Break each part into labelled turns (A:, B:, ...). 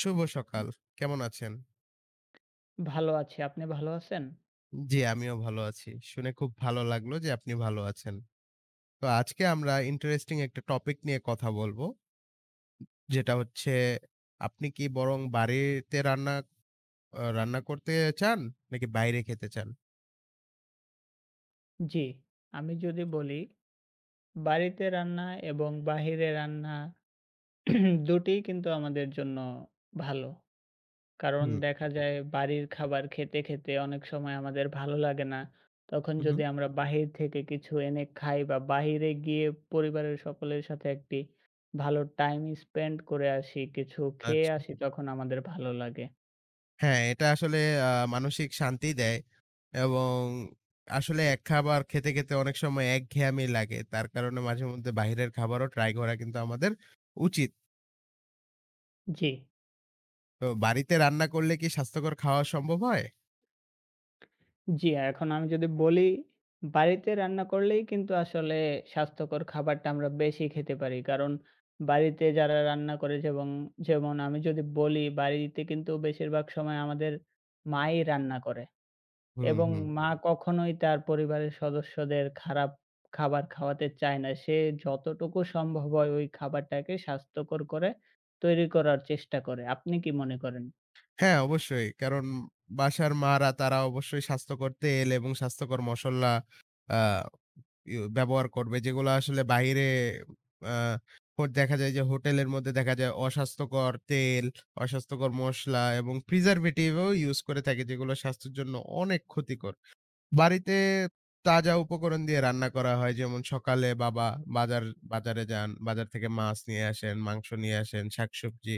A: শুভ সকাল। কেমন আছেন?
B: ভালো আছি। আপনি ভালো আছেন?
A: জি, আমিও ভালো আছি। শুনে খুব ভালো লাগলো যে আপনি ভালো আছেন। তো আজকে আমরা ইন্টারেস্টিং একটা টপিক নিয়ে কথা বলবো। যেটা হচ্ছে আপনি কি বরং বাড়িতে রান্না করতে চান নাকি বাইরে খেতে চান?
B: জি, আমি যদি বলি বাড়িতে রান্না এবং বাহিরে রান্না দুটিই কিন্তু আমাদের জন্য ভালো। কারণ
A: হুম,
B: দেখা যায় বাড়ির খাবার খেতে, খেতে অনেক সময় আমাদের ভালো লাগে না। তখন
A: হু, হুম।
B: যদি আমরা বাহির থেকে কিছু এনে খাই বা বাহিরে গিয়ে পরিবারের সকলের সাথে একটি ভালো টাইম স্পেন্ড করে আসি, কিছু খেয়ে
A: আচ্ছা।
B: আসি তখন আমাদের ভালো লাগে।
A: হ্যাঁ, এটা আসলে আ মানসিক শান্তি দেয় এবং আসলে এক খাবার খেতে, খেতে অনেক সময় একঘেয়ামি লাগে। তার কারণে মাঝে মধ্যে বাহিরের খাবারও ট্রাই করা কিন্তু আমাদের উচিত।
B: জি।
A: তো বাড়িতে রান্না করলে কি স্বাস্থ্যকর খাওয়া সম্ভব হয়?
B: জি, এখন আমি যদি বলি, বাড়িতে রান্না করলেই কিন্তু আসলে স্বাস্থ্যকর খাবারটা আমরা বেশি খেতে পারি। কারণ বাড়িতে যারা রান্না করে যেমন আমি যদি বলি, বাড়িতে কিন্তু বেশিরভাগ সময় আমাদের মাই রান্না করে
A: হুম,
B: এবং
A: হুম।
B: মা কখনোই তার পরিবারের সদস্যদের খারাপ খাবার খাওয়াতে চায় না। সে যতটুকু সম্ভব হয় ওই খাবারটাকে স্বাস্থ্যকর করে তৈরি করার চেষ্টা করে। আপনি কি মনে করেন?
A: হ্যাঁ, অবশ্যই। কারণ বাসার মারা তারা অবশ্যই স্বাস্থ্যকর তেল এবং স্বাস্থ্যকর মসল্লা আ ইউ ব্যবহার করবে। যেগুলা আসলে বাইরে আ হো দেখা যায় যে হোটেলের মধ্যে দেখা যায় অস্বাস্থ্যকর তেল, অস্বাস্থ্যকর মসলা এবং প্রিজারভেটিভ ও ইউস করে থাকে যেগুলো স্বাস্থ্যের জন্য অনেক ক্ষতিকর। বাড়িতে তাজা উপকরণ দিয়ে রান্না করা হয়। যেমন সকালে বাবা বাজার বাজারে যান। বাজার থেকে মাছ নিয়ে আসেন, মাংস নিয়ে আসেন, শাকসবজি।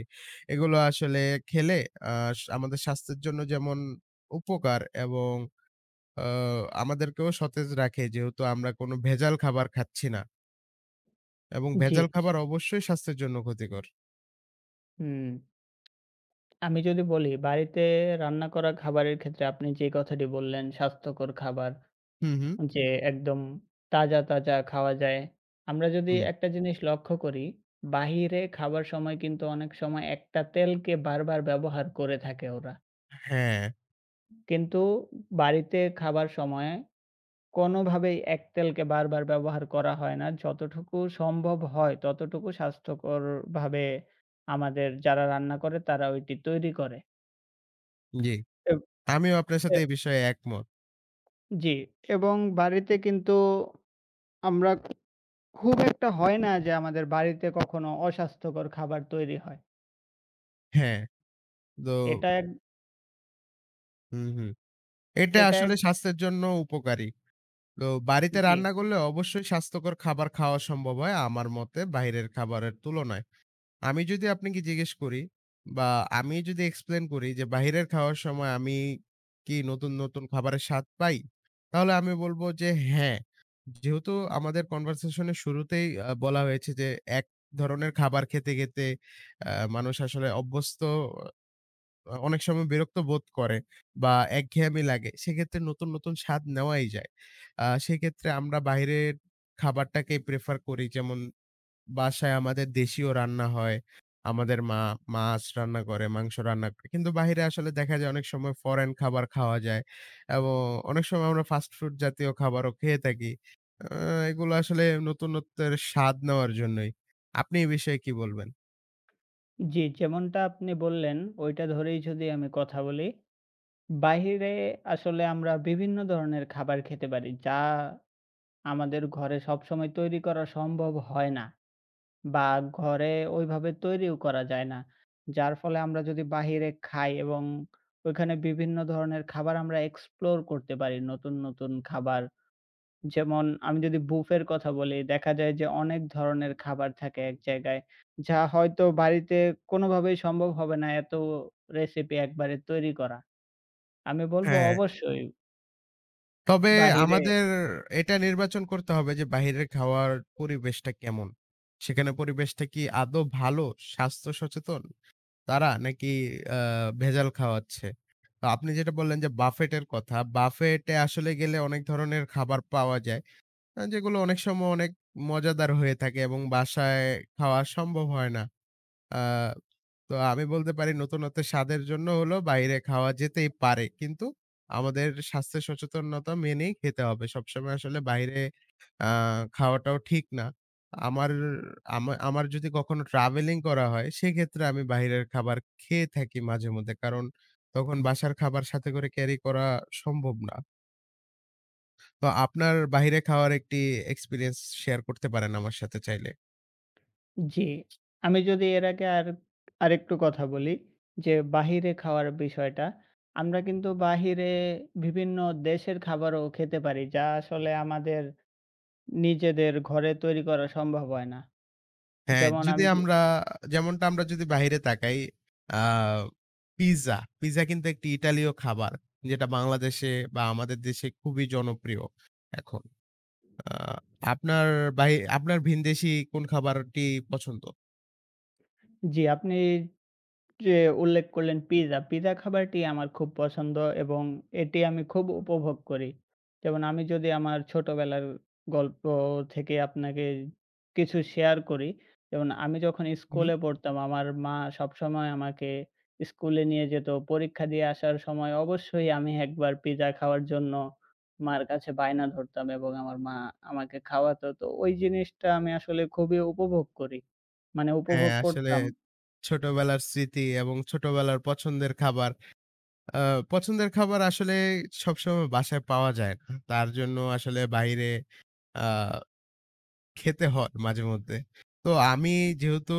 A: এগুলো আসলে খেলে আ আমাদের স্বাস্থ্যের জন্য যেমন উপকার এবং আ আমাদেরকেও সতেজ রাখে। যেহেতু আমরা কোনো ভেজাল খাবার খাচ্ছি না। এবং
B: জি,
A: ভেজাল খাবার অবশ্যই স্বাস্থ্যের জন্য ক্ষতিকর।
B: হুম। আমি যদি বলি বাড়িতে রান্না করা খাবারের ক্ষেত্রে আপনি যে কথাটি বললেন স্বাস্থ্যকর খাবার
A: হু, হু।
B: যে একদম তাজা তাজা খাওয়া যায়। আমরা যদি
A: হুম।
B: একটা জিনিস লক্ষ্য করি, বাহিরে খাবার সময় কিন্তু অনেক সময় একটা তেলকে বারবার ব্যবহার করে থাকে ওরা।
A: হ্যাঁ,
B: কিন্তু বাড়িতে খাবার সময়ে কোনোভাবেই এক তেলকে বারবার ব্যবহার করা হয় না। যতটুকু সম্ভব হয় ততটুকু স্বাস্থ্যকরভাবে আমাদের যারা রান্না করে তারা ওইটি তৈরি করে।
A: জি।
B: এব
A: আমিও আপনার সাথে এই বিষয়ে একমত।
B: জি, এবং বাড়িতে কিন্তু আমরা খুব একটা হয় না যে আমাদের বাড়িতে কখনো অস্বাস্থ্যকর খাবার তৈরি হয়।
A: হ্যাঁ, তো
B: এটা এক
A: হু, হু। এটা
B: এটা এক
A: আসলে স্বাস্থ্যের জন্য উপকারী। তো বাড়িতে
B: জি,
A: রান্না করলে অবশ্যই স্বাস্থ্যকর খাবার খাওয়া সম্ভব হয় আমার মতে বাইরের খাবারের তুলনায়। আমি যদি আপনাকে জিজ্ঞেস করি বা আমি যদি এক্সপ্লেইন করি যে বাহিরের খাওয়ার সময় আমি কি নতুন, নতুন খাবারের স্বাদ পাই? তাহলে আমি বলব যে হ্যাঁ। যেহেতু আমাদের কনভারসেশন এর শুরুতেই বলা হয়েছে যে এক ধরনের খাবার খেতে, খেতে মানুষ আসলে অভ্যস্ত অনেক সময় বিরক্ত বোধ করে বা একঘেয়েমি লাগে। সেক্ষেত্রে নতুন, নতুন স্বাদ নেওয়াই যায়। সেক্ষেত্রে আমরা বাইরের খাবারটাকেই প্রেফার করি। যেমন বাসায় আমাদের দেশীয় রান্না হয়। আমাদের মা মাছ রান্না করে, মাংস রান্না করে। কিন্তু বাহিরে আসলে দেখা যায় অনেক সময় ফরেন খাবার খাওয়া যায় এবং অনেক সময় আমরা ফাস্ট ফুড জাতীয় খাবারও খেয়ে থাকি। আ এগুলো আসলে নতুনত্বের স্বাদ নেওয়ার জন্যই। আপনি এই বিষয়ে কি বলবেন?
B: জি, যেমনটা আপনি বললেন ওইটা ধরেই যদি আমি কথা বলি, বাহিরে আসলে আমরা বিভিন্ন ধরনের খাবার খেতে পারি যা আমাদের ঘরে সবসময় তৈরি করা সম্ভব হয় না। বা ঘরে ওইভাবে তৈরিও করা যায় না। যার ফলে আমরা যদি বাহিরে খাই এবং ওইখানে বিভিন্ন ধরনের খাবার আমরা এক্সপ্লোর করতে পারি নতুন, নতুন খাবার। যেমন আমি যদি বুফের কথা বলি, দেখা যায় যে অনেক ধরনের খাবার থাকে এক জায়গায়। যা হয়তো বাড়িতে কোনোভাবেই সম্ভব হবে না এত রেসিপি একবারে তৈরি করা। আমি বলব
A: হ্যাঁ।
B: অবশ্যই
A: তবে
B: বাহিরে।
A: আমাদের এটা নির্বাচন করতে হবে যে বাহিরের খাওয়ার পরিবেশটা কেমন? সেখানে পরিবেশটা কি আদৌ ভালো, স্বাস্থ্য সচেতন তারা? নাকি আ ভেজাল খাওয়াচ্ছে? তো আপনি যেটা বললেন যে বাফেটের কথা, বাফেটে আসলে গেলে অনেক ধরনের খাবার পাওয়া যায়। যেগুলো অনেক সময় অনেক মজাদার হয়ে থাকে এবং বাসায় খাওয়া সম্ভব হয় না। আ তো আমি বলতে পারি নতুনত্ব স্বাদের জন্য হলো বাইরে খাওয়া যেতেই পারে। কিন্তু আমাদের স্বাস্থ্য সচেতনতা মেনেই খেতে হবে। সবসময় আসলে বাইরে আ খাওয়াটাও ঠিক না। আমার আমার যদি কখনো ট্রাভেলিং করা হয়, সেক্ষেত্রে আমি বাইরের খাবার খেয়ে থাকি মাঝেমধ্যে। কারণ তখন বাসার খাবার সাথে করে ক্যারি করা সম্ভব না। তো আপনার বাইরে খাওয়ার একটি এক্সপেরিয়েন্স শেয়ার করতে পারেন আমার সাথে চাইলে।
B: জি। আমি যদি এর আগে আর আরেকটু কথা বলি যে বাহিরে খাওয়ার বিষয়টা। আমরা কিন্তু বাহিরে বিভিন্ন দেশের খাবারও খেতে পারি যা আসলে আমাদের নিজেদের ঘরে তৈরি করা সম্ভব হয় না।
A: হ্যাঁ,
B: যেমন
A: যদি
B: আমি যে-
A: আমরা যেমনটা আমরা যদি বাহিরে তাকাই আ পিজ্জা, পিজ্জা কিন্তু একটি ইতালীয় খাবার। যেটা বাংলাদেশে বা আমাদের দেশে খুবই জনপ্রিয় এখন। আ আপনার বাহি আপনার ভিনদেশী কোন খাবারটি পছন্দ?
B: জি, আপনি যে উল্লেখ করলেন পিজ্জা, পিজ্জা খাবারটি আমার খুব পছন্দ এবং এটি আমি খুব উপভোগ করি। যেমন আমি যদি আমার ছোটবেলার গল্প থেকে আপনাকে কিছু শেয়ার করি। যেমন আমি যখন
A: হুম।
B: স্কুলে পড়তাম আমার মা সবসময় আমাকে স্কুলে নিয়ে যেত। পরীক্ষা দিয়ে আসার সময় অবশ্যই আমি একবার পিজ্জা খাওয়ার জন্য মার কাছে বায়না ধরতাম এবং আমার মা আমাকে খাওয়াতো। তো ওই জিনিসটা আমি আসলে খুবই উপভোগ করি। মানে
A: হ্যাঁ,
B: উপভোগ
A: আসলে
B: করতাম।
A: ছোটবেলার স্মৃতি এবং ছোটবেলার পছন্দের খাবার। আ পছন্দের খাবার আসলে সবসময় বাসায় পাওয়া যায় না। তার জন্য আসলে বাইরে আ খেতে হয় মাঝে মধ্যে। তো আমি যেহেতু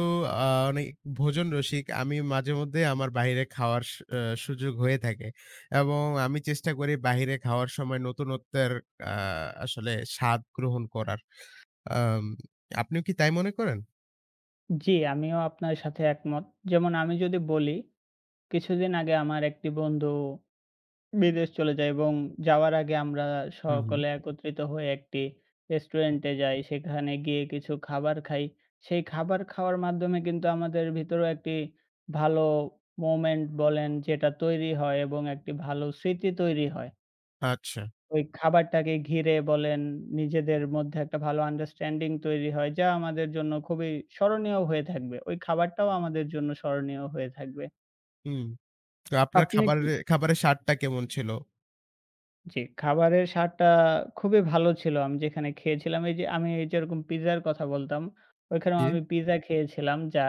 A: আ অনেক ভোজন রসিক, আমি মাঝে মধ্যে আমার বাইরে খাওয়ার স আ সুযোগ হয়ে থাকে এবং আমি চেষ্টা করি বাহিরে খাওয়ার সময় নতুনত্বের আ আসলে স্বাদ গ্রহণ করার। আম আপনিও কি তাই মনে করেন?
B: জি, আমিও আপনার সাথে একমত। যেমন আমি যদি বলি, কিছুদিন আগে আমার একটি বন্ধু বিদেশ চলে যায় এবং যাওয়ার আগে আমরা
A: হু, হু।
B: সকলে একত্রিত হয়ে একটি রেস্টুরেন্টে যাই। সেখানে গিয়ে কিছু খাবার খাই। সেই খাবার খাওয়ার মাধ্যমে কিন্তু আমাদের ভিতরেও একটি ভালো মোমেন্ট বলেন যেটা তৈরি হয় এবং একটি ভালো স্মৃতি তৈরি হয়।
A: আচ্ছা।
B: ওই খাবারটাকে ঘিরে বলেন, নিজেদের মধ্যে একটা ভালো আন্ডারস্ট্যান্ডিং তৈরি হয়, যা আমাদের জন্য খুবই স্মরণীয় হয়ে থাকবে। ওই খাবারটাও আমাদের জন্য স্মরণীয় হয়ে থাকবে।
A: হুম। তো আপনার
B: আপনি কি
A: খাবারের খাবারের স্বাদটা কেমন ছিল?
B: জি, খাবারের স্বাদটা খুবই ভালো ছিল। আমি যেখানে খেয়েছিলাম এই যে আমি এই যেরকম পিজ্জার কথা বলতাম, ওইখানেও
A: জি।
B: আমি পিজ্জা খেয়েছিলাম, যা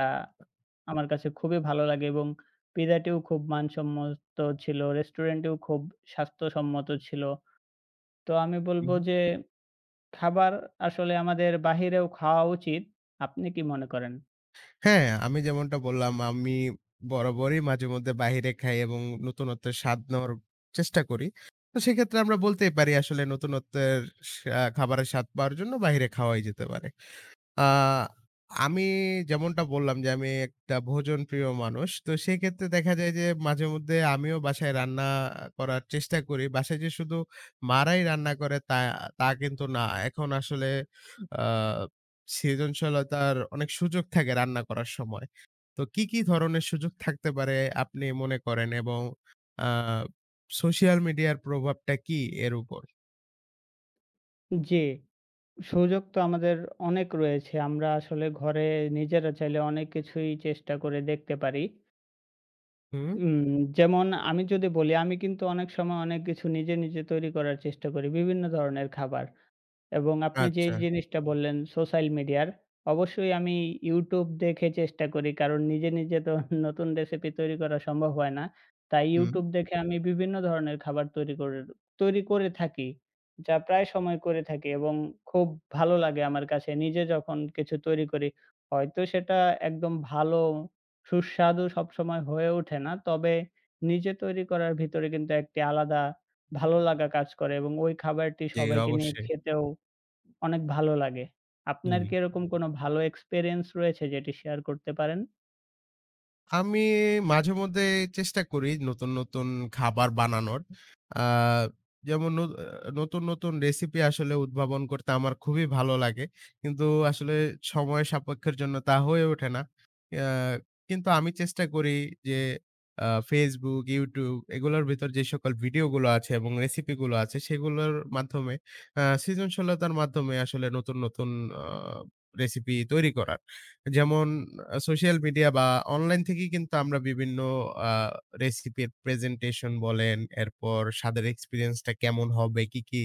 B: আমার কাছে খুবই ভালো লাগে এবং পিজ্জাটিও খুব মানসম্মত ছিল, রেস্টুরেন্টেও খুব স্বাস্থ্যসম্মত ছিল। তো আমি বলব
A: হুম।
B: যে খাবার আসলে আমাদের বাহিরেও খাওয়া উচিত। আপনি কি মনে করেন?
A: হ্যাঁ, আমি যেমনটা বললাম আমি বরাবরই মাঝেমধ্যে বাহিরে খাই এবং নতুনত্ব স্বাদ নেওয়ার চেষ্টা করি। তো সেক্ষেত্রে আমরা বলতেই পারি আসলে নতুনত্বের সা খাবারের স্বাদ পাওয়ার জন্য বাহিরে খাওয়াই যেতে পারে। আ আমি যেমনটা বললাম যে, আমি একটা ভোজনপ্রিয় মানুষ। তো সেক্ষেত্রে দেখা যায় যে, মাঝেমধ্যে আমিও বাসায় রান্না করার চেষ্টা করি। বাসায় যে শুধু মারাই রান্না করে তা তা কিন্তু না। এখন আসলে আ সৃজনশীলতার অনেক সুযোগ থাকে রান্না করার সময়। তো কি, কি ধরনের সুযোগ থাকতে পারে আপনি মনে করেন? এবং আ সোশ্যাল মিডিয়ার প্রভাবটা কি এর উপর?
B: জি, সুযোগ তো আমাদের অনেক রয়েছে। আমরা আসলে ঘরে নিজেরা চাইলে অনেক কিছুই চেষ্টা করে দেখতে পারি।
A: হুম।
B: উম যেমন আমি যদি বলি, আমি কিন্তু অনেক সময় অনেক কিছু নিজে, নিজে তৈরি করার চেষ্টা করি। বিভিন্ন ধরনের খাবার। এবং আপনি যেই
A: আচ্ছা।
B: জিনিসটা বললেন সোশ্যাল মিডিয়ার, অবশ্যই আমি YouTube দেখে চেষ্টা করি। কারণ নিজে, নিজে তো নতুন রেসিপি তৈরি করা সম্ভব হয় না। তাই
A: হুম।
B: YouTube দেখে আমি বিভিন্ন ধরনের খাবার তৈরি করে থাকি। যা প্রায় সময় করে থাকি এবং খুব ভালো লাগে আমার কাছে। নিজে যখন কিছু তৈরি করি, হয়তো সেটা একদম ভালো সুস্বাদু সবসময় হয়ে ওঠে না। তবে নিজে তৈরি করার ভিতরে কিন্তু একটি আলাদা ভালো লাগা কাজ করে এবং ওই খাবারটি
A: জি,
B: সবাইকে নিয়ে
A: অবশ্যই।
B: খেতেও অনেক ভালো লাগে।
A: হুম।
B: আপনার কি এরকম কোনো ভালো এক্সপেরিয়েন্স রয়েছে যেটি শেয়ার করতে পারেন?
A: আমি মাঝেমধ্যে চেষ্টা করি নতুন, নতুন খাবার বানানোর। আ যেমন নতুন, নতুন রেসিপি আসলে উদ্ভাবন করতে আমার খুবই ভালো লাগে। কিন্তু আসলে সময় সাপেক্ষের জন্য তা হয়ে ওঠে না। আ কিন্তু আমি চেষ্টা করি যে Facebook, YouTube এগুলোর ভিতর যে সকল ভিডিওগুলো আছে এবং রেসিপিগুলো আছে সেগুলোর মাধ্যমে সৃজনশীলতার মাধ্যমে আসলে নতুন, নতুন আ রেসিপি তৈরি করার। যেমন সোশ্যাল মিডিয়া বা অনলাইন থেকেই কিন্তু আমরা বিভিন্ন আ রেসিপির প্রেজেন্টেশন বলেন, এরপর স্বাদের এক্সপেরিয়েন্স টা কেমন হবে, কি, কি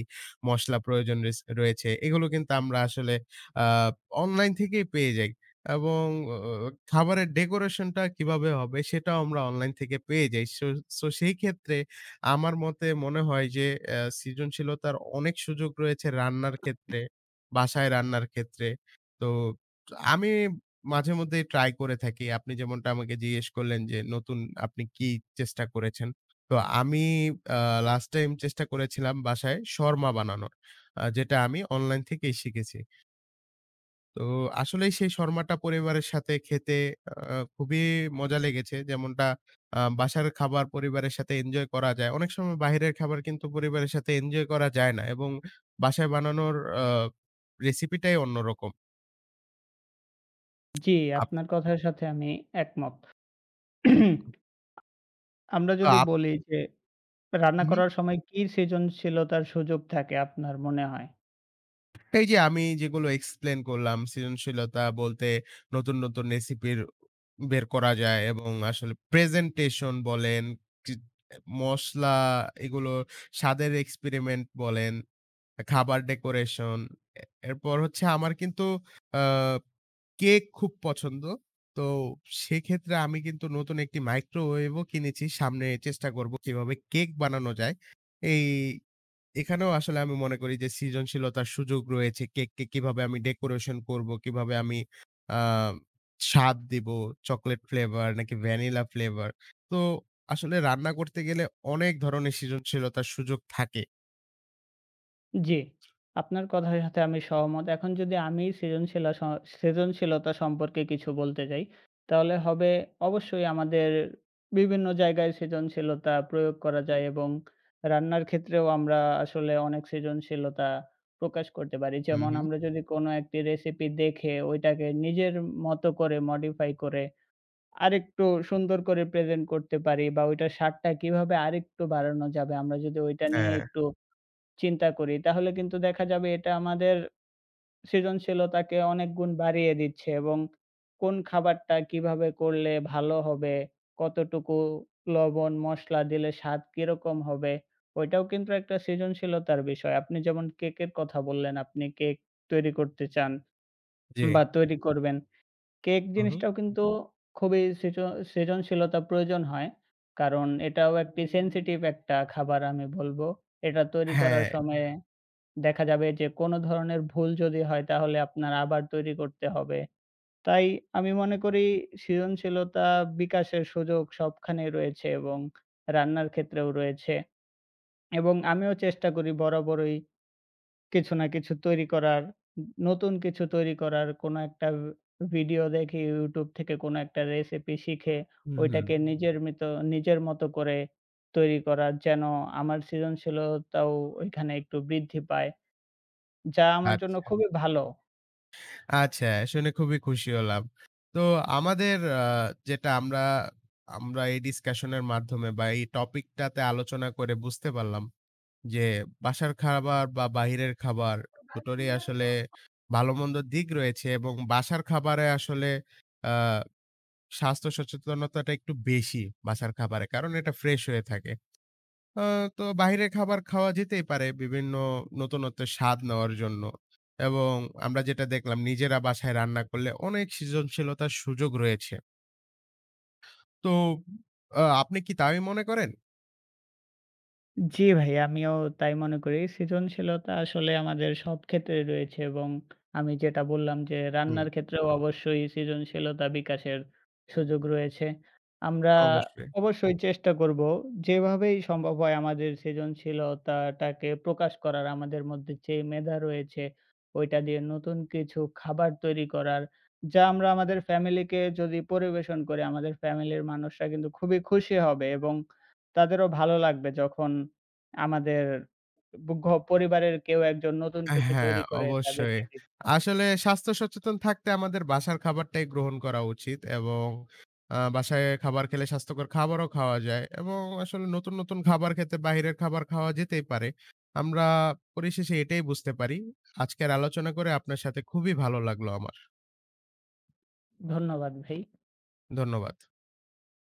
A: মসলা প্রয়োজন রয়েছে, এগুলো কিন্তু আমরা আসলে আ অনলাইন থেকেই পেয়ে যাই। এবং অ খাবারের ডেকোরেশন টা কিভাবে হবে সেটাও আমরা অনলাইন থেকে পেয়ে যাই। সো সো সেই ক্ষেত্রে আমার মতে মনে হয় যে সৃজনশীলতার অনেক সুযোগ রয়েছে রান্নার ক্ষেত্রে, বাসায় রান্নার ক্ষেত্রে। তো আমি মাঝে মধ্যেই ট্রাই করে থাকি। আপনি যেমনটা আমাকে জিজ্ঞেস করলেন যে, আপনি কি চেষ্টা করেছেন? তো আমি আ লাস্ট টাইম চেষ্টা করেছিলাম বাসায় শর্মা বানানোর। যেটা আমি অনলাইন থেকেই শিখেছি। তো আসলেই সেই শর্মাটা পরিবারের সাথে খেতে খুবই মজা লেগেছে। যেমনটা বাসার খাবার পরিবারের সাথে এনজয় করা যায়। অনেক সময় বাহিরের খাবার কিন্তু পরিবারের সাথে এনজয় করা যায় না এবং বাসায় বানানোর আ রেসিপিটাই অন্যরকম।
B: জি,
A: আপ
B: আপনার কথার সাথে আমি একমত। আমরা যদি
A: আপ
B: বলি যে রান্না
A: হুম।
B: করার সময় কি সৃজনশীলতার সুযোগ থাকে আপনার মনে হয়?
A: এই যে আমি যেগুলো এক্সপ্লেইন করলাম, সৃজনশীলতা বলতে নতুন, নতুন রেসিপির বের করা যায় এবং আসলে প্রেজেন্টেশন বলেন, কি মসলা এগুলো স্বাদের এক্সপেরিমেন্ট বলেন, খাবার ডেকোরেশন। এ এরপর হচ্ছে আমার কিন্তু আ কেক খুব পছন্দ। তো সেক্ষেত্রে আমি কিন্তু নতুন একটি মাইক্রোওয়েভও কিনেছি। সামনে চেষ্টা করব কিভাবে কেক বানানো যায়। এই এখানেও আসলে আমি মনে করি যে সৃজনশীলতার সুযোগ রয়েছে। কেককে কিভাবে আমি ডেকোরেশন করবো, কিভাবে আমি আ স্বাদ দিবো, চকোলেট ফ্লেভার নাকি ভ্যানিলা ফ্লেভার। তো আসলে রান্না করতে গেলে অনেক ধরনের সৃজনশীলতার সুযোগ থাকে।
B: জি, আপনার কথার সাথে আমি সহমত। এখন যদি আমি সৃজনশীলা স সৃজনশীলতা সম্পর্কে কিছু বলতে যাই, তাহলে হবে অবশ্যই আমাদের বিভিন্ন জায়গায় সৃজনশীলতা প্রয়োগ করা যায় এবং রান্নার ক্ষেত্রেও আমরা আসলে অনেক সৃজনশীলতা প্রকাশ করতে পারি।
A: হুম,
B: যেমন
A: হুম।
B: আমরা যদি কোনো একটি রেসিপি দেখে ওইটাকে নিজের মতো করে modify করে আরেকটু সুন্দর করে প্রেজেন্ট করতে পারি বা ওইটার স্বাদটা কিভাবে আরেকটু বাড়ানো যাবে আমরা যদি ওইটা নিয়ে
A: হ্যাঁ,
B: একটু চিন্তা করি তাহলে কিন্তু দেখা যাবে এটা আমাদের সৃজনশীলতাকে অনেক গুণ বাড়িয়ে দিচ্ছে এবং কোন খাবারটা কিভাবে করলে ভালো হবে, কতটুকু লবণ, মসলা দিলে স্বাদ কিরকম হবে, ওইটাও কিন্তু একটা সৃজনশীলতার বিষয়। আপনি যেমন কেকের কথা বললেন, আপনি কেক তৈরি করতে চান
A: জি।
B: বা তৈরি করবেন। কেক
A: হুম, হুম।
B: জিনিসটাও কিন্তু খুবই সৃজনশীলতা প্রয়োজন হয়। কারণ এটাও একটি sensitive একটা খাবার আমি বলব। এটা তৈরি করার
A: হ্যাঁ।
B: সময়ে দেখা যাবে যে কোনো ধরনের ভুল যদি হয় তাহলে আপনার আবার তৈরি করতে হবে। তাই আমি মনে করি সৃজনশীলতা বিকাশের সুযোগ সবখানেই রয়েছে এবং রান্নার ক্ষেত্রেও রয়েছে। এবং আমিও চেষ্টা করি বরাবরই কিছু না কিছু তৈরি করার, নতুন কিছু তৈরি করার কোনো একটা ভিডিও দেখি YouTube থেকে কোনো একটা রেসিপি শিখে
A: হুম, হুম।
B: ওইটাকে নিজের মতো করে তৈরি করার যেন আমার সৃজনশীলতাও ওইখানে একটু বৃদ্ধি পায়। যা আমার জন্য
A: আচ্ছা,
B: খুবই ভালো।
A: আচ্ছা শুনে খুবই খুশি হলাম। তো আমাদের আ যেটা আমরা আমরা এই ডিসকাশন এর মাধ্যমে বা এই টপিকটাতে আলোচনা করে বুঝতে পারলাম যে বাসার খাবার বা বাহিরের খাবার দুটোরই আসলে ভালো-মন্দ দিক রয়েছে এবং বাসার খাবারে আসলে আ স্বাস্থ্য সচেতনতাটা একটু বেশি বাসার খাবারে। কারণ এটা ফ্রেশ হয়ে থাকে। আ তো বাহিরের খাবার খাওয়া যেতেই পারে বিভিন্ন নতুনত্ব স্বাদ নেওয়ার জন্য। এবং আমরা যেটা দেখলাম নিজেরা বাসায় রান্না করলে অনেক সৃজনশীলতার সুযোগ রয়েছে। তো আপনি কি তাই মনে করেন?
B: জি ভাই, আমিও তাই মনে করি। সৃজনশীলতা আসলে আমাদের সব ক্ষেত্রেই রয়েছে এবং আমি যেটা বললাম যে
A: হুম,
B: রান্নার ক্ষেত্রেও অবশ্যই সৃজনশীলতা বিকাশের সুযোগ রয়েছে। আমরা
A: অবশ্যই।
B: অবশ্যই চেষ্টা করব যেভাবেই সম্ভব হয় আমাদের সৃজনশীলতাটাকে প্রকাশ করার, আমাদের মধ্যে যে মেধা রয়েছে ওইটা দিয়ে নতুন কিছু খাবার তৈরি করার, যা আমরা আমাদের ফ্যামিলিকে যদি পরিবেশন করি আমাদের ফ্যামিলির মানুষরা কিন্তু খুবই খুশি হবে এবং তাদেরও ভালো লাগবে যখন আমাদের ব ঘ পরিবারের কেউ একজন নতুন কিছু
A: হ্যাঁ,
B: তৈরি করে
A: অবশ্যই।
B: তাদেরকে দিচ্ছে।
A: আসলে স্বাস্থ্য সচেতন থাকতে আমাদের বাসার খাবারটাই গ্রহণ করা উচিত এবং বাসায় খাবার খেলে স্বাস্থ্যকর খাবারও খাওয়া যায় এবং আসলে নতুন, নতুন খাবার খেতে বাহিরের খাবার খাওয়া যেতেই পারে। আমরা পরিশেষে এটাই বুঝতে পারি। আজকের আলোচনা করে আপনার সাথে খুবই ভালো লাগলো আমার।
B: ধন্যবাদ ভাই।
A: ধন্যবাদ।